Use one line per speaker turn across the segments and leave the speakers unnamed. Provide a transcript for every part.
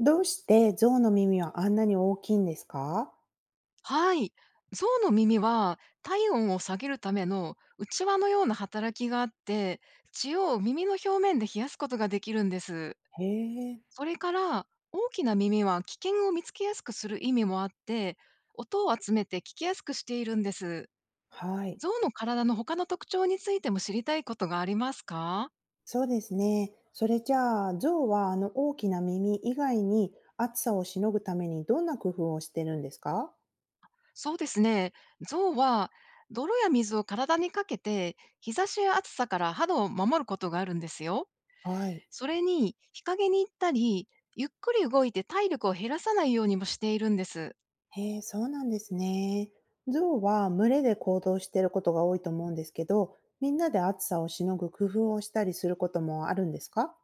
どうして象の耳はあんなに大きいんですか？
はい。象の耳は体温を下げるための内輪のような働きがあって、血を耳の表面で冷やすことができるんです。
へえ、
それから大きな耳は危険を見つけやすくする意味もあって、音を集めて聞きやすくしているんです。
はい。
象の体の他の特徴についても知りたいことがありますか？
そうですね。それじゃあ、象はあの大きな耳以外に暑さをしのぐためにどんな工夫をしてるんですか？
そうですね。象は泥や水を体にかけて、日差しや暑さから肌を守ることがあるんですよ。
はい。
それに、日陰に行ったり、ゆっくり動いて体力を減らさないようにもしているんです。
へえ、そうなんですね。象は群れで行動していることが多いと思うんですけど、みんなで暑さをしのぐ工夫をしたりすることもあるんですか？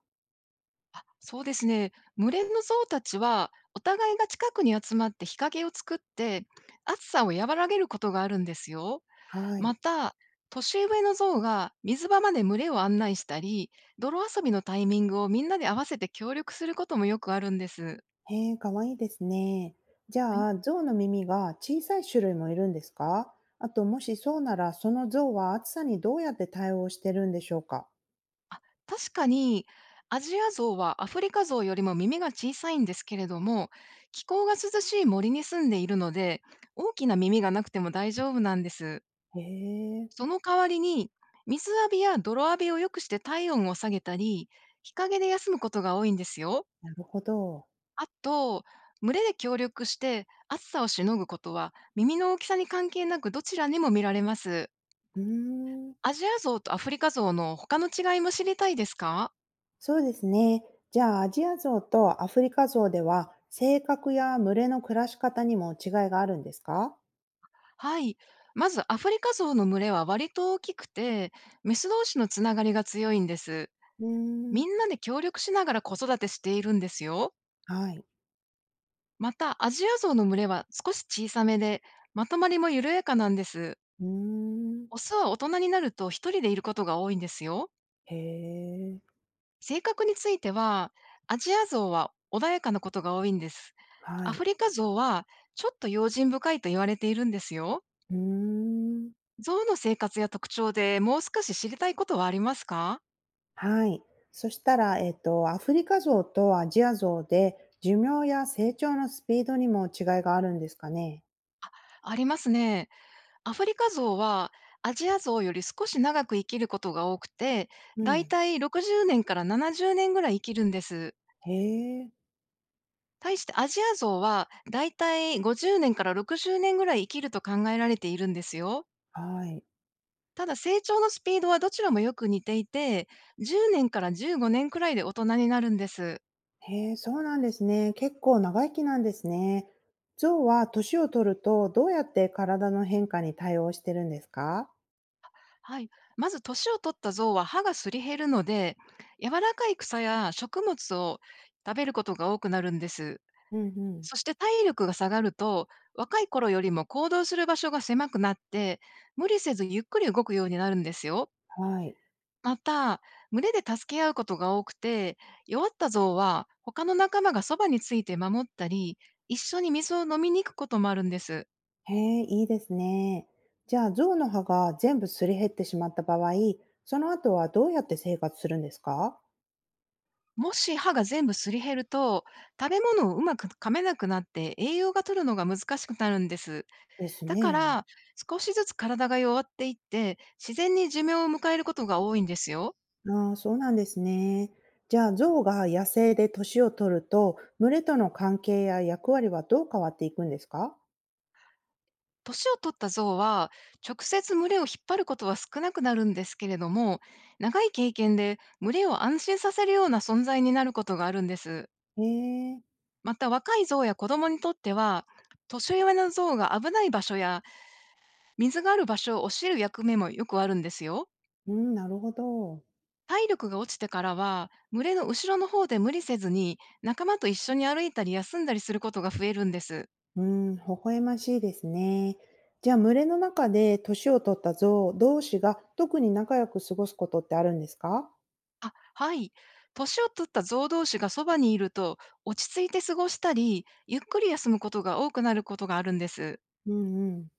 そうですね。群れの象たちは、お互いが近くに集まって日陰を作って、暑さを和らげることがあるんですよ。
はい。
また、年上の象が水場まで群れを案内したり、泥遊びのタイミングをみんなで合わせて協力することもよくあるんです。
へえ、かわいいですね。じゃあ、象の耳が小さい種類もいるんですか？あと、もしそうなら、その象は暑さにどうやって対応してるんでしょうか？
あ、確かに、アジアゾウはアフリカゾウよりも耳が小さいんですけれども、気候が涼しい森に住んでいるので、大きな耳がなくても大丈夫なんです。
へえ、
その代わりに、水浴びや泥浴びを良くして体温を下げたり、日陰で休むことが多いんですよ。
なるほど。
あと、群れで協力して暑さをしのぐことは耳の大きさに関係なくどちらにも見られます。
うーん、
アジアゾウとアフリカゾウの他の違いも知りたいですか？
そうですね。じゃあ、アジアゾウとアフリカゾウでは、性格や群れの暮らし方にも違いがあるんですか？
はい。まずアフリカゾウの群れは割と大きくて、メス同士のつながりが強いんです。
うーん、
みんなで協力しながら子育てしているんですよ。
はい。
また、アジアゾウの群れは少し小さめで、まとまりも緩やかなんです。
うーん、
オスは大人になると一人でいることが多いんですよ。
へえ、
性格については、アジアゾウは穏やかなことが多いんです。
は
ア
い。
フリカゾウはちょっと用心深いと言われているんですよ。
うーん。
ゾウの生活や特徴でもう少し知りたいことはありますか？
はい。そしたら、アフリカゾウとアジアゾウで、寿命や成長のスピードにも違いがあるんですかね。
ありますね。アフリカゾウはアジアゾウより少し長く生きることが多くて、
う
だい
ん。
たい60年から70年ぐらい生きるんです。
へえ、
対してアジアゾウはだいたい50年から60年ぐらい生きると考えられているんですよ。
はい。
ただ成長のスピードはどちらもよく似ていて、10年から15年くらいで大人になるんです。
へえ、そうなんですね。結構長生きなんですね。ゾウは年を取ると、どうやって体の変化に対応してるんですか？
はい。まず年を取ったゾウは歯がすり減るので、柔らかい草や食物を食べることが多くなるんです。
うんうん。
そして体力が下がると、若い頃よりも行動する場所が狭くなって、無理せずゆっくり動くようになるんですよ。
はい。
また、群れで助け合うことが多くて、弱ったゾウは他の仲間がそばについて守ったり、一緒に水を飲みに行くこともあるんです。
へえ、いいですね。じゃあ、ゾウの歯が全部すり減ってしまった場合、その後はどうやって生活するんですか？
もし歯が全部すり減ると、食べ物をうまく噛めなくなって栄養が取るのが難しくなるんです。
です
だか
ね。
ら、少しずつ体が弱っていって、自然に寿命を迎えることが多いんですよ。
ああ、そうなんですね。じゃあ、象が野生で年を取ると、群れとの関係や役割はどう変わっていくんですか？
年を取った象は、直接群れを引っ張ることは少なくなるんですけれども、長い経験で群れを安心させるような存在になることがあるんです。
へえ、
また若い象や子供にとっては、年上の象が危ない場所や水がある場所を教える役目もよくあるんですよ。
うん、なるほど。
体力が落ちてからは、群れの後ろの方で無理せずに仲間と一緒に歩いたり休んだりすることが増えるんです。
うん、微笑ましいですね。じゃあ、群れの中で年を取った象同士が特に仲良く過ごすことってあるんですか？
あ、はい。年を取った象同士がそばにいると、落ち着いて過ごしたり、ゆっくり休むことが多くなることがあるんです。
うんうん。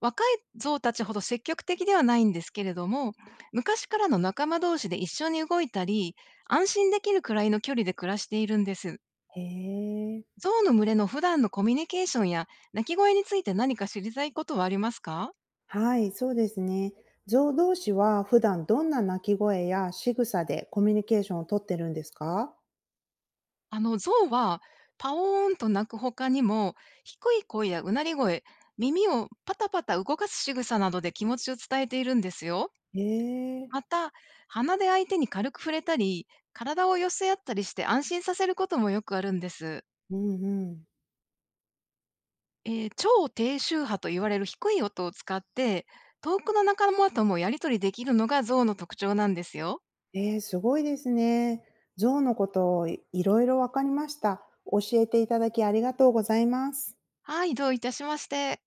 若い象たちほど積極的ではないんですけれども、昔からの仲間同士で一緒に動いたり、安心できるくらいの距離で暮らしているんです。
へえ。
象の群れの普段のコミュニケーションや鳴き声について何か知りたいことはありますか？
はい、そうですね。象同士は普段どんな鳴き声や仕草でコミュニケーションをとってるんですか？
あの、象はパオーンと鳴く他にも、低い声やうなり声、耳をパタパタ動かす仕草などで気持ちを伝えているんですよ。
へえ。
また、鼻で相手に軽く触れたり、体を寄せ合ったりして安心させることもよくあるんです。
うんうん。
超低周波と言われる低い音を使って、遠くの仲間ともやり取りできるのが象の特徴なんですよ。
すごいですね。象のことをいろいろわかりました。教えていただきありがとうございます。
はい、どういたしまして。